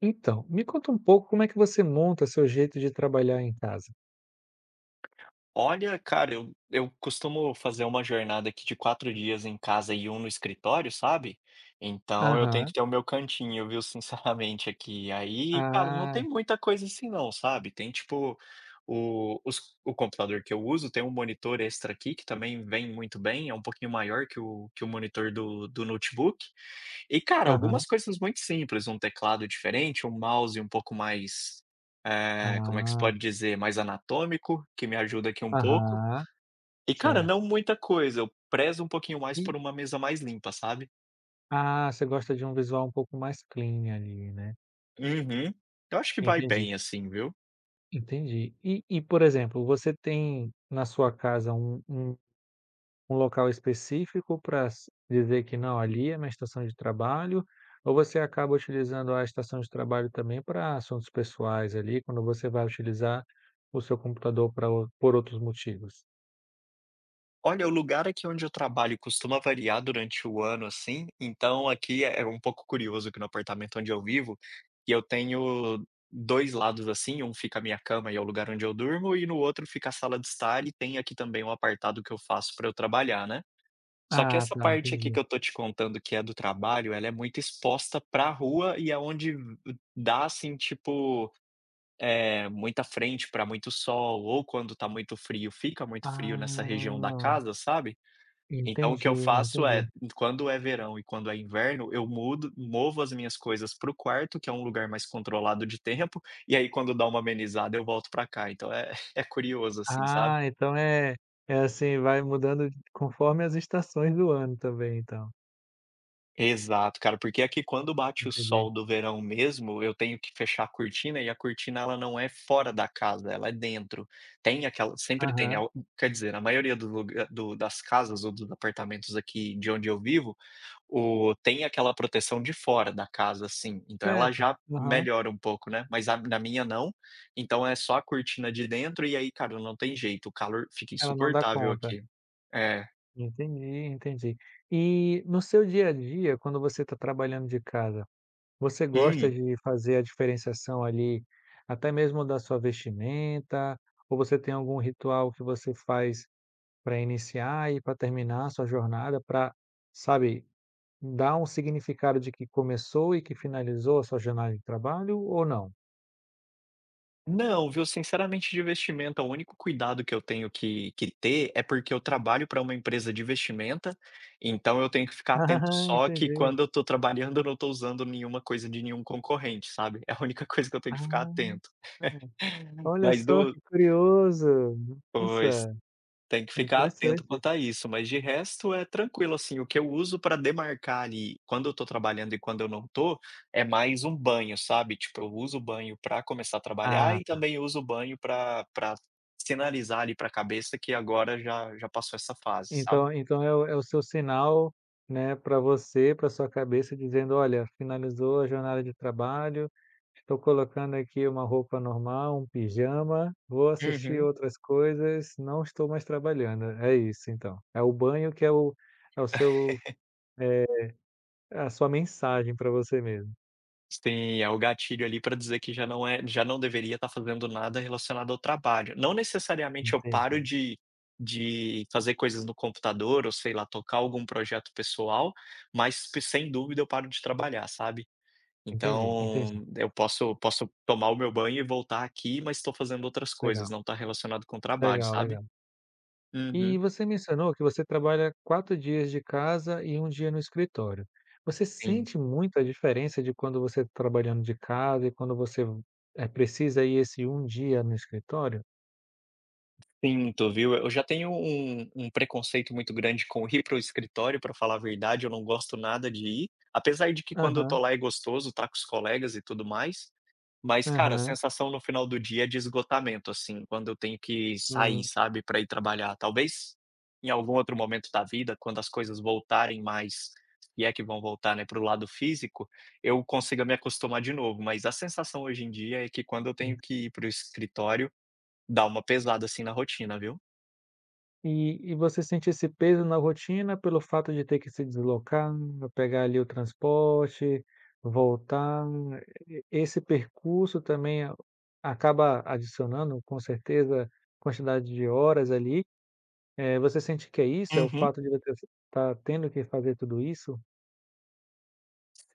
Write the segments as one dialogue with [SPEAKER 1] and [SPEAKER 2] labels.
[SPEAKER 1] Então, me conta um pouco como é que você monta seu jeito de trabalhar em casa?
[SPEAKER 2] Olha, cara, eu costumo fazer uma jornada aqui de 4 dias em casa e um no escritório, sabe? Então eu tenho
[SPEAKER 1] Aham.
[SPEAKER 2] que ter o meu cantinho, viu? Sinceramente, aqui. Aí, cara, não
[SPEAKER 1] Ah,
[SPEAKER 2] tem muita coisa assim, não, sabe? Tem tipo o computador que eu uso, tem um monitor extra aqui que também vem muito bem, é um pouquinho maior que o monitor do notebook. E, cara,
[SPEAKER 1] aham.
[SPEAKER 2] algumas coisas muito simples, um teclado diferente, um mouse um pouco mais, como é que se
[SPEAKER 1] Ah,
[SPEAKER 2] pode dizer, mais anatômico, que me ajuda aqui um pouco.
[SPEAKER 1] aham.
[SPEAKER 2] E, cara,
[SPEAKER 1] Certo.
[SPEAKER 2] não muita coisa, eu prezo um pouquinho mais
[SPEAKER 1] E
[SPEAKER 2] por uma mesa mais limpa, sabe.
[SPEAKER 1] ah, você gosta de um visual um pouco mais clean ali, né.
[SPEAKER 2] Uhum. Eu acho que vai
[SPEAKER 1] Entendi,
[SPEAKER 2] bem assim, viu.
[SPEAKER 1] entendi. E, por exemplo, você tem na sua casa um um local específico para dizer que não, ali é minha estação de trabalho, ou você acaba utilizando a estação de trabalho também para assuntos pessoais ali, quando você vai utilizar o seu computador para por outros motivos?
[SPEAKER 2] Olha, o lugar aqui onde eu trabalho costuma variar durante o ano, assim, então aqui é um pouco curioso que no apartamento onde eu vivo, que eu tenho 2 lados, assim, um fica a minha cama e é o lugar onde eu durmo, e no outro fica a sala de estar e tem aqui também um apartado que eu faço para eu trabalhar, né. Só que
[SPEAKER 1] Ah
[SPEAKER 2] essa
[SPEAKER 1] tá,
[SPEAKER 2] parte aqui que
[SPEAKER 1] entendi.
[SPEAKER 2] eu tô te contando que é do trabalho, ela é muito exposta pra rua e é onde v dá, assim, tipo, muita frente para muito sol, ou quando tá muito frio, fica muito frio nessa região da
[SPEAKER 1] Ah,
[SPEAKER 2] casa, sabe. Então o que
[SPEAKER 1] entendi,
[SPEAKER 2] eu faço é,
[SPEAKER 1] entendi.
[SPEAKER 2] quando é verão e quando é inverno, eu mudo movo as minhas coisas para o quarto, que é um lugar mais controlado de tempo, e aí quando dá uma amenizada eu volto pra cá, então é é curioso, assim, sabe.
[SPEAKER 1] Ah, então é assim, vai mudando conforme as estações do ano também então,
[SPEAKER 2] Exato, cara, porque aqui quando bate o
[SPEAKER 1] entendi.
[SPEAKER 2] sol do verão mesmo, eu tenho que fechar a cortina e a cortina ela não é fora da casa, ela é dentro. Tem aquela sempre tem
[SPEAKER 1] Aham,
[SPEAKER 2] al Quer dizer, na maioria do lugar do das casas ou dos apartamentos aqui de onde eu vivo, O tem aquela proteção de fora da casa, assim, então ela
[SPEAKER 1] certo,
[SPEAKER 2] já
[SPEAKER 1] aham,
[SPEAKER 2] melhora um pouco, né, mas a na minha não, então é só a cortina de dentro e aí, cara, não tem jeito, o calor fica
[SPEAKER 1] ela não dá
[SPEAKER 2] insuportável
[SPEAKER 1] conta.
[SPEAKER 2] aqui. É.
[SPEAKER 1] Entendi, entendi. E no seu dia a dia, quando você está trabalhando de casa, você gosta
[SPEAKER 2] Hum.
[SPEAKER 1] de fazer a diferenciação ali, até mesmo da sua vestimenta? Ou você tem algum ritual que você faz para iniciar e para terminar a sua jornada, para, sabe, dar um significado de que começou e que finalizou a sua jornada de trabalho ou não?
[SPEAKER 2] Não, viu, sinceramente de vestimenta, o único cuidado que eu tenho que ter é porque eu trabalho para uma empresa de vestimenta, então eu tenho que ficar atento
[SPEAKER 1] Ah,
[SPEAKER 2] só que
[SPEAKER 1] entendi.
[SPEAKER 2] quando eu estou trabalhando eu não estou usando nenhuma coisa de nenhum concorrente, sabe, é a única coisa que eu tenho que ficar
[SPEAKER 1] Ah,
[SPEAKER 2] atento.
[SPEAKER 1] olha
[SPEAKER 2] Mas
[SPEAKER 1] só
[SPEAKER 2] do
[SPEAKER 1] que curioso.
[SPEAKER 2] pois.
[SPEAKER 1] Nossa,
[SPEAKER 2] Tem que ficar atento
[SPEAKER 1] interessante.
[SPEAKER 2] quanto a isso, mas de resto é tranquilo, assim, o que eu uso para demarcar ali quando eu tô trabalhando e quando eu não tô, é mais um banho, sabe. Tipo, eu uso o banho para começar a trabalhar
[SPEAKER 1] Ah.
[SPEAKER 2] e também uso o banho para sinalizar ali para a cabeça que agora já já passou essa fase, sabe.
[SPEAKER 1] Então então é o seu sinal, né, para você, para sua cabeça dizendo: "Olha, finalizou a jornada de trabalho, estou colocando aqui uma roupa normal, um pijama, vou assistir
[SPEAKER 2] Uhum.
[SPEAKER 1] outras coisas, não estou mais trabalhando". É isso então, é o banho que é o é o seu é a sua mensagem para você mesmo.
[SPEAKER 2] Sim, é o gatilho ali para dizer que já não deveria estar fazendo nada relacionado ao trabalho. Não necessariamente eu paro
[SPEAKER 1] Entendi,
[SPEAKER 2] de fazer coisas no computador ou, sei lá, tocar algum projeto pessoal, mas p sem dúvida eu paro de trabalhar, sabe.
[SPEAKER 1] entendi, entendi.
[SPEAKER 2] Então, eu posso tomar o meu banho e voltar aqui, mas estou fazendo outras coisas,
[SPEAKER 1] Legal,
[SPEAKER 2] não está relacionado com o trabalho,
[SPEAKER 1] legal,
[SPEAKER 2] sabe.
[SPEAKER 1] legal. E
[SPEAKER 2] Uhum.
[SPEAKER 1] você mencionou que você trabalha 4 dias de casa e um dia no escritório. Você
[SPEAKER 2] Sim.
[SPEAKER 1] sente muito a diferença de quando você tá trabalhando de casa e quando você, precisa ir esse um dia no escritório?
[SPEAKER 2] Sinto, viu. Eu já tenho um preconceito muito grande com ir para o escritório, para falar a verdade, eu não gosto nada de ir, apesar de que quando eu
[SPEAKER 1] Aham,
[SPEAKER 2] tô lá é gostoso, tá com os colegas e tudo mais, mas, cara, a
[SPEAKER 1] aham.
[SPEAKER 2] sensação no final do dia é de esgotamento, assim, quando eu tenho que sair,
[SPEAKER 1] Hum,
[SPEAKER 2] sabe, para ir trabalhar. Talvez em algum outro momento da vida, quando as coisas voltarem mais, e é que vão voltar, né, para o lado físico, eu consiga me acostumar de novo, mas a sensação hoje em dia é que quando eu
[SPEAKER 1] hum.
[SPEAKER 2] tenho que ir para o escritório, dá uma pesada, assim, na rotina, viu.
[SPEAKER 1] E você sente esse peso na rotina pelo fato de ter que se deslocar, pegar ali o transporte, voltar, e esse percurso também a acaba adicionando, com certeza, quantidade de horas ali. Você sente que é isso? É o
[SPEAKER 2] Uhum.
[SPEAKER 1] fato de você estar tendo que fazer tudo isso?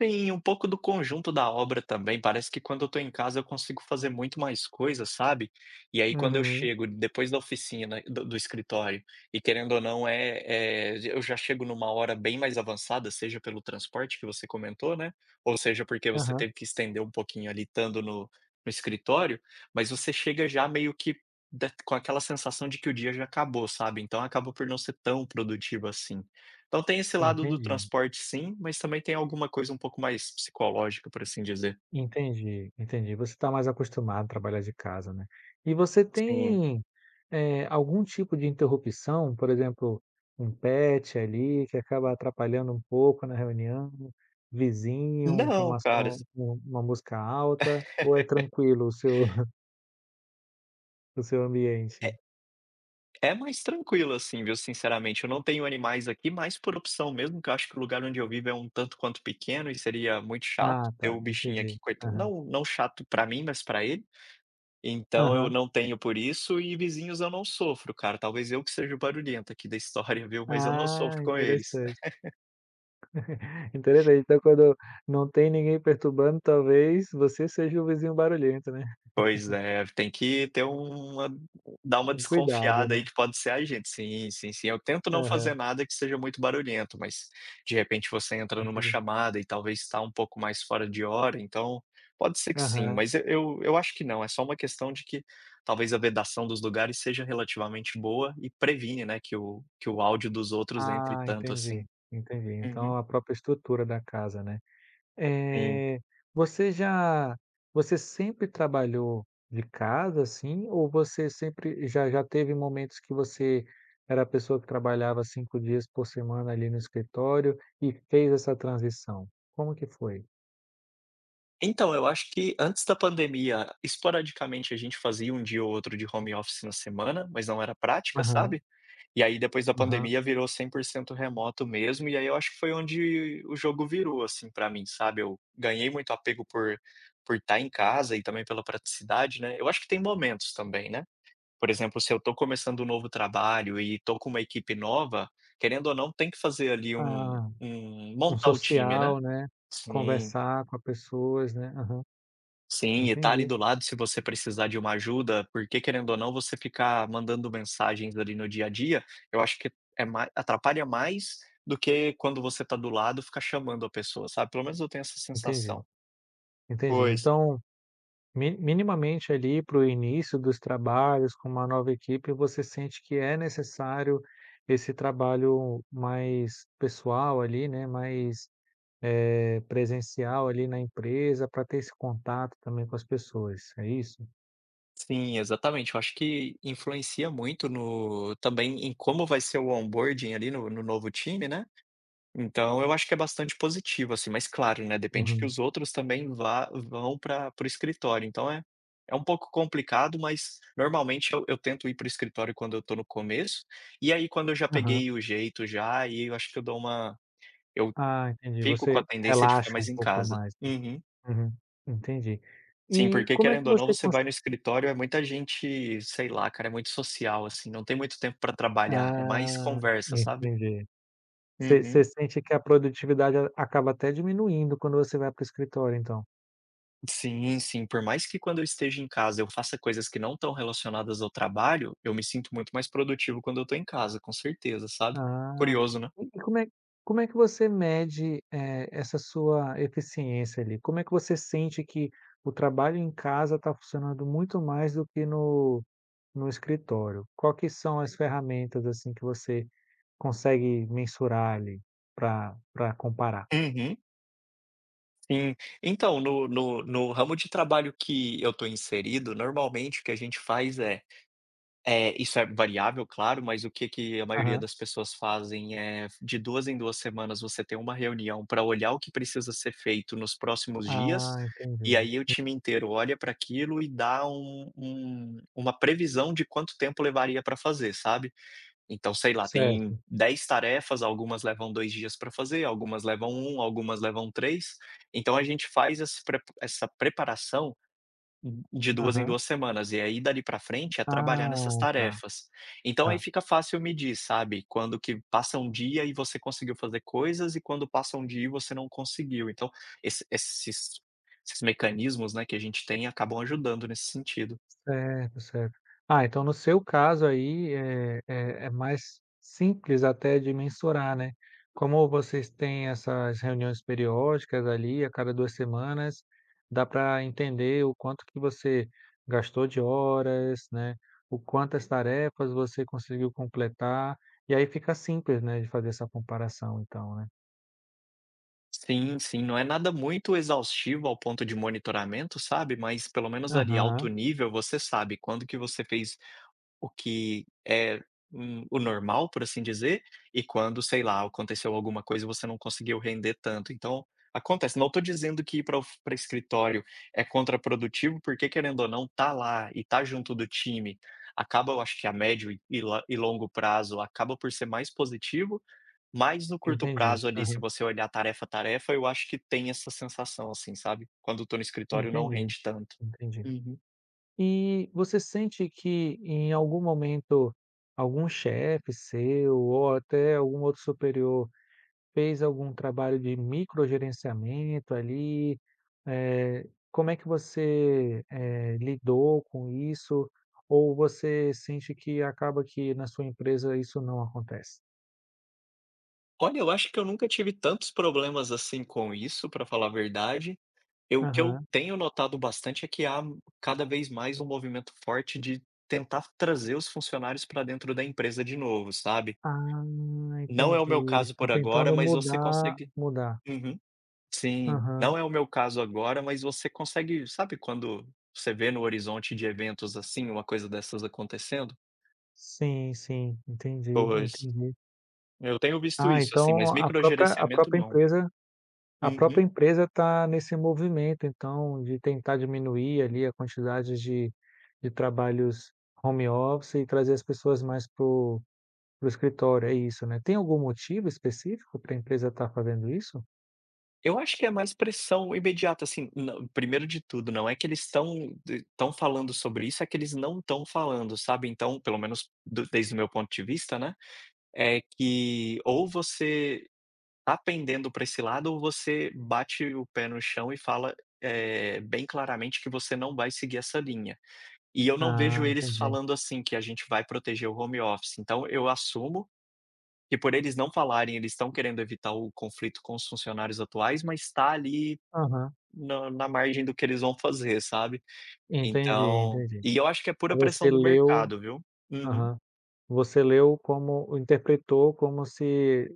[SPEAKER 2] Sim, um pouco do conjunto da obra também. Parece que quando eu tô em casa eu consigo fazer muito mais coisas, sabe? E aí quando eu
[SPEAKER 1] Uhum.
[SPEAKER 2] chego depois do escritório, e querendo ou não, eu já chego numa hora bem mais avançada, seja pelo transporte que você comentou, né? Ou seja, porque você
[SPEAKER 1] Aham.
[SPEAKER 2] teve que estender um pouquinho ali estando no escritório, mas você chega já meio que com aquela sensação de que o dia já acabou, sabe? Então acaba por não ser tão produtivo assim. Então tem esse lado do
[SPEAKER 1] Entendi,
[SPEAKER 2] transporte sim, mas também tem alguma coisa um pouco mais psicológica, por assim dizer.
[SPEAKER 1] entendi, entendi. Você está mais acostumado a trabalhar de casa, né. E você
[SPEAKER 2] Sim.
[SPEAKER 1] tem, algum tipo de interrupção, por exemplo, um pet ali que acaba atrapalhando um pouco na reunião, um vizinho com
[SPEAKER 2] Não,
[SPEAKER 1] uma
[SPEAKER 2] cara,
[SPEAKER 1] som com uma música alta, ou é tranquilo o seu o seu
[SPEAKER 2] é
[SPEAKER 1] ambiente?
[SPEAKER 2] é mais tranquilo, assim, viu, sinceramente. Eu não tenho animais aqui, mas por opção mesmo, que eu acho que o lugar onde eu vivo é um tanto quanto pequeno e seria muito chato
[SPEAKER 1] Ah,
[SPEAKER 2] ter
[SPEAKER 1] tá,
[SPEAKER 2] o bichinho
[SPEAKER 1] entendi.
[SPEAKER 2] aqui, coitado.
[SPEAKER 1] Aham.
[SPEAKER 2] Não chato pra mim, mas pra ele. Então eu
[SPEAKER 1] Aham.
[SPEAKER 2] não tenho por isso e vizinhos eu não sofro, cara. Talvez eu que seja o barulhento aqui da história, viu, mas eu não
[SPEAKER 1] Ah,
[SPEAKER 2] sofro com eles.
[SPEAKER 1] interessante. Interessante, então quando não tem ninguém perturbando, talvez você seja o vizinho barulhento, né.
[SPEAKER 2] Pois é, tem que ter uma dar uma
[SPEAKER 1] Um cuidado,
[SPEAKER 2] desconfiada aí
[SPEAKER 1] né.
[SPEAKER 2] que pode ser a gente. Sim, sim, sim. Eu tento não fazer
[SPEAKER 1] Aham,
[SPEAKER 2] nada que seja muito barulhento, mas de repente você entra numa
[SPEAKER 1] entendi.
[SPEAKER 2] chamada e talvez está um pouco mais fora de hora, então pode ser que sim,
[SPEAKER 1] Aham.
[SPEAKER 2] mas eu acho que não, é só uma questão de que talvez a vedação dos lugares seja relativamente boa e previne, né, que o áudio dos outros entre
[SPEAKER 1] Ah,
[SPEAKER 2] tanto
[SPEAKER 1] entendi,
[SPEAKER 2] assim.
[SPEAKER 1] entendi.
[SPEAKER 2] Uhum,
[SPEAKER 1] Então a própria estrutura da casa, né.
[SPEAKER 2] sim.
[SPEAKER 1] Eh, você já você sempre trabalhou de casa, assim, ou você sempre já teve momentos que você era a pessoa que trabalhava 5 dias por semana ali no escritório e fez essa transição? Como que foi?
[SPEAKER 2] Então, eu acho que antes da pandemia, esporadicamente a gente fazia um dia ou outro de home office na semana, mas não era prática,
[SPEAKER 1] Aham,
[SPEAKER 2] sabe? E aí depois da
[SPEAKER 1] aham.
[SPEAKER 2] pandemia virou 100% remoto mesmo, e aí eu acho que foi onde o jogo virou, assim, pra mim, sabe? Eu ganhei muito apego por estar em casa e também pela praticidade, né? Eu acho que tem momentos também, né? Por exemplo, se eu tô começando um novo trabalho e tô com uma equipe nova, querendo ou não, tem que fazer ali
[SPEAKER 1] Ah. Um
[SPEAKER 2] montar o time, né?
[SPEAKER 1] social, né,
[SPEAKER 2] Sim.
[SPEAKER 1] conversar com as pessoas, né. Aham,
[SPEAKER 2] Sim, e tá ali
[SPEAKER 1] entendi,
[SPEAKER 2] do lado se você precisar de uma ajuda, porque querendo ou não você ficar mandando mensagens ali no dia a dia, eu acho que é mais atrapalha mais do que quando você tá do lado ficar chamando a pessoa, sabe, pelo menos eu tenho essa
[SPEAKER 1] entendi,
[SPEAKER 2] sensação.
[SPEAKER 1] entendi.
[SPEAKER 2] Pois.
[SPEAKER 1] Então, mi minimamente ali para o início dos trabalhos com uma nova equipe, você sente que é necessário esse trabalho mais pessoal ali, né, mais, presencial ali na empresa para ter esse contato também com as pessoas, é isso?
[SPEAKER 2] Sim, exatamente, eu acho que influencia muito no também em como vai ser o onboarding ali no novo time, né. Então eu acho que é bastante positivo, assim, mas claro, né, depende que
[SPEAKER 1] Uhum,
[SPEAKER 2] os outros também vá vão pra para o escritório, então é um pouco complicado, mas normalmente eu tento ir para o escritório quando eu estou no começo, e aí quando eu já
[SPEAKER 1] aham.
[SPEAKER 2] peguei o jeito já, aí eu acho que eu dou uma eu
[SPEAKER 1] Ah, entendi,
[SPEAKER 2] fico com a
[SPEAKER 1] você
[SPEAKER 2] tendência de
[SPEAKER 1] relaxa
[SPEAKER 2] ficar mais
[SPEAKER 1] um
[SPEAKER 2] em
[SPEAKER 1] pouco
[SPEAKER 2] casa.
[SPEAKER 1] mais. Né?
[SPEAKER 2] Uhum.
[SPEAKER 1] Uhum, entendi.
[SPEAKER 2] Sim,
[SPEAKER 1] E
[SPEAKER 2] porque
[SPEAKER 1] como é que
[SPEAKER 2] querendo ou não
[SPEAKER 1] você
[SPEAKER 2] você vai no escritório, é muita gente, sei lá, cara, é muito social, assim, não tem muito tempo para trabalhar, é mais
[SPEAKER 1] ah,
[SPEAKER 2] conversa, sabe?
[SPEAKER 1] entendi. Você você
[SPEAKER 2] Uhum.
[SPEAKER 1] sente que a produtividade a acaba até diminuindo quando você vai para o escritório, então?
[SPEAKER 2] Sim, sim. Por mais que quando eu esteja em casa eu faça coisas que não estão relacionadas ao trabalho, eu me sinto muito mais produtivo quando eu estou em casa, com certeza, sabe.
[SPEAKER 1] Ah,
[SPEAKER 2] Curioso, né?
[SPEAKER 1] e como é que você mede, essa sua eficiência ali? Como é que você sente que o trabalho em casa está funcionando muito mais do que no no escritório? Qual que são as ferramentas, assim, que você consegue mensurar ali para para comparar?
[SPEAKER 2] Uhum, sim. Então, no ramo de trabalho que eu estou inserido, normalmente o que a gente faz é, isso é variável, claro, mas o que que a maioria
[SPEAKER 1] Aham.
[SPEAKER 2] das pessoas fazem é de 2 em 2 semanas você tem uma reunião para olhar o que precisa ser feito nos próximos dias,
[SPEAKER 1] Ah,
[SPEAKER 2] e
[SPEAKER 1] entendi.
[SPEAKER 2] aí o time inteiro olha para aquilo e dá uma previsão de quanto tempo levaria para fazer, sabe. Então, sei lá, tem
[SPEAKER 1] Certo.
[SPEAKER 2] 10 tarefas, algumas levam 2 dias para fazer, algumas levam um, algumas levam três. Então a gente faz esse prep essa preparação de duas em
[SPEAKER 1] Aham.
[SPEAKER 2] duas semanas, e aí dali pra frente é trabalhar nessas
[SPEAKER 1] Ah, tá.
[SPEAKER 2] tarefas. Então aí
[SPEAKER 1] Tá,
[SPEAKER 2] fica fácil medir, sabe, quando que passa um dia e você conseguiu fazer coisas e quando passa um dia e você não conseguiu. Então, esse esses esses mecanismos, né, que a gente tem acabam ajudando nesse sentido.
[SPEAKER 1] certo, certo. Ah, então no seu caso aí é mais simples até de mensurar, né. Como vocês têm essas reuniões periódicas ali a cada 2 semanas, dá para entender o quanto que você gastou de horas, né, o quantas tarefas você conseguiu completar, e aí fica simples, né, de fazer essa comparação então, né.
[SPEAKER 2] Sim, sim, não é nada muito exaustivo ao ponto de monitoramento, sabe, mas pelo menos ali alto
[SPEAKER 1] Aham,
[SPEAKER 2] nível você sabe quando que você fez O que é, o normal, por assim dizer, e quando, sei lá, aconteceu alguma coisa e você não conseguiu render tanto. Então, acontece. Não estou dizendo que ir para o para escritório é contraprodutivo, porque querendo ou não, tá lá e tá junto do time, acaba eu acho que a médio e longo prazo acaba por ser mais positivo, mas no curto
[SPEAKER 1] entendi.
[SPEAKER 2] prazo ali, se
[SPEAKER 1] Aham,
[SPEAKER 2] você olhar tarefa a tarefa, eu acho que tem essa sensação, assim, sabe. Quando estou no escritório não
[SPEAKER 1] entendi,
[SPEAKER 2] rende tanto.
[SPEAKER 1] entendi.
[SPEAKER 2] Uhum.
[SPEAKER 1] E você sente que em algum momento algum chefe seu ou até algum outro superior fez algum trabalho de microgerenciamento ali? Eh, como é que você, lidou com isso? Ou você sente que acaba que na sua empresa isso não acontece?
[SPEAKER 2] Olha, eu acho que eu nunca tive tantos problemas assim com isso, para falar a verdade. Eu o que eu
[SPEAKER 1] Aham.
[SPEAKER 2] tenho notado bastante é que há cada vez mais um movimento forte de tentar trazer os funcionários para dentro da empresa de novo, sabe.
[SPEAKER 1] Ah,
[SPEAKER 2] Não é o
[SPEAKER 1] entendi.
[SPEAKER 2] meu
[SPEAKER 1] Eles
[SPEAKER 2] caso
[SPEAKER 1] estão
[SPEAKER 2] por agora,
[SPEAKER 1] tentando
[SPEAKER 2] mas você
[SPEAKER 1] mudar
[SPEAKER 2] consegue.
[SPEAKER 1] mudar.
[SPEAKER 2] Uhum. Sim.
[SPEAKER 1] Aham.
[SPEAKER 2] Não é o meu caso agora, mas você consegue, sabe, quando você vê no horizonte de eventos, assim, uma coisa dessas acontecendo?
[SPEAKER 1] Sim, sim. Entendi,
[SPEAKER 2] Pois.
[SPEAKER 1] entendi.
[SPEAKER 2] Eu tenho visto
[SPEAKER 1] Ah,
[SPEAKER 2] isso, assim,
[SPEAKER 1] então
[SPEAKER 2] mas microgerenciamento não.
[SPEAKER 1] a
[SPEAKER 2] Uhum.
[SPEAKER 1] própria empresa está nesse movimento, então, de tentar diminuir ali a quantidade de trabalhos home office e trazer as pessoas mais para o escritório, é isso, né. Tem algum motivo específico para a empresa estar fazendo isso?
[SPEAKER 2] Eu acho que é mais pressão imediata, assim, não primeiro de tudo, não é que eles estão falando sobre isso, é que eles não estão falando, sabe. Então, pelo menos do desde o meu ponto de vista, né, é que ou você tá pendendo para esse lado ou você bate o pé no chão e fala, bem claramente que você não vai seguir essa linha. E eu não
[SPEAKER 1] Ah,
[SPEAKER 2] vejo eles
[SPEAKER 1] entendi.
[SPEAKER 2] falando assim, que a gente vai proteger o home office. Então eu assumo que por eles não falarem, eles estão querendo evitar o conflito com os funcionários atuais, mas está ali
[SPEAKER 1] Aham.
[SPEAKER 2] na margem do que eles vão fazer, sabe.
[SPEAKER 1] Entendi,
[SPEAKER 2] Então
[SPEAKER 1] entendi.
[SPEAKER 2] e eu acho que é
[SPEAKER 1] Então
[SPEAKER 2] pura
[SPEAKER 1] você
[SPEAKER 2] pressão do
[SPEAKER 1] leu
[SPEAKER 2] mercado, viu. Uhum.
[SPEAKER 1] aham. Você leu como interpretou como se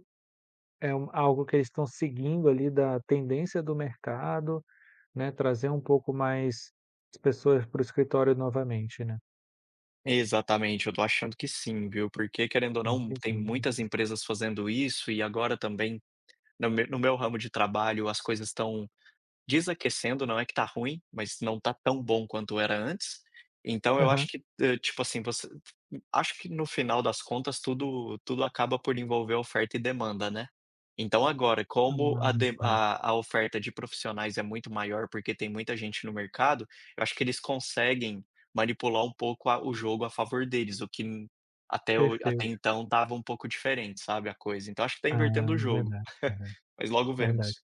[SPEAKER 1] é um algo que eles estão seguindo ali da tendência do mercado. Né, trazer um pouco mais as pessoas para o escritório novamente, né.
[SPEAKER 2] Exatamente, eu tô achando que sim, viu, porque querendo ou não,
[SPEAKER 1] Entendi,
[SPEAKER 2] tem
[SPEAKER 1] entendi.
[SPEAKER 2] muitas empresas fazendo isso e agora também, no meu ramo de trabalho, as coisas estão desaquecendo, não é que tá ruim, mas não tá tão bom quanto era antes. Então eu acho
[SPEAKER 1] Aham.
[SPEAKER 2] que, tipo assim, você Acho que no final das contas tudo acaba por envolver oferta e demanda, né. Então agora, como
[SPEAKER 1] Ah,
[SPEAKER 2] a de
[SPEAKER 1] correto.
[SPEAKER 2] a a oferta de profissionais é muito maior, porque tem muita gente no mercado, eu acho que eles conseguem manipular um pouco a o jogo a favor deles, o que até
[SPEAKER 1] Perfeito.
[SPEAKER 2] então estava um pouco diferente, sabe, a coisa. Então acho que está
[SPEAKER 1] Ah,
[SPEAKER 2] invertendo o jogo,
[SPEAKER 1] verdade, verdade,
[SPEAKER 2] mas logo
[SPEAKER 1] verdade.
[SPEAKER 2] vemos.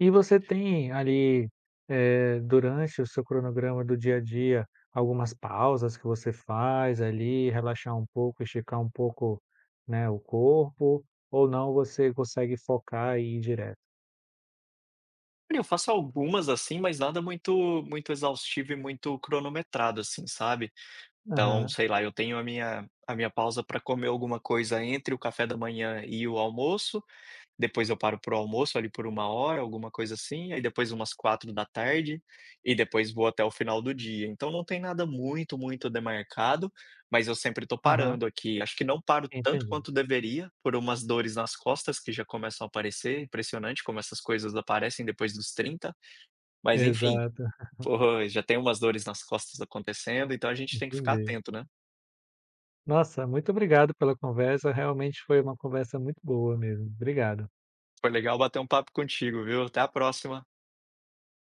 [SPEAKER 1] E você tem ali, durante o seu cronograma do dia a dia, algumas pausas que você faz ali, relaxar um pouco, esticar um pouco, né, o corpo, ou não você consegue focar e ir direto?
[SPEAKER 2] Olha, eu faço algumas, assim, mas nada muito muito exaustivo e muito cronometrado, assim, sabe. Então,
[SPEAKER 1] Aham,
[SPEAKER 2] sei lá, eu tenho a minha pausa para comer alguma coisa entre o café da manhã e o almoço, depois eu paro para o almoço ali por 1 hora, alguma coisa assim, aí depois umas 4 da tarde e depois vou até o final do dia. Então não tem nada muito, muito demarcado, mas eu sempre estou
[SPEAKER 1] aham,
[SPEAKER 2] parando aqui. Acho que não paro tanto
[SPEAKER 1] entendi.
[SPEAKER 2] quanto deveria, por umas dores nas costas que já começam a aparecer, impressionante como essas coisas aparecem depois dos 30. Mas enfim,
[SPEAKER 1] Exato,
[SPEAKER 2] pô, já tem umas dores nas costas acontecendo, então a gente tem que ficar
[SPEAKER 1] entendi.
[SPEAKER 2] atento, né.
[SPEAKER 1] Nossa, muito obrigado pela conversa, realmente foi uma conversa muito boa mesmo. Obrigado.
[SPEAKER 2] Foi legal bater um papo contigo, viu. Até a próxima.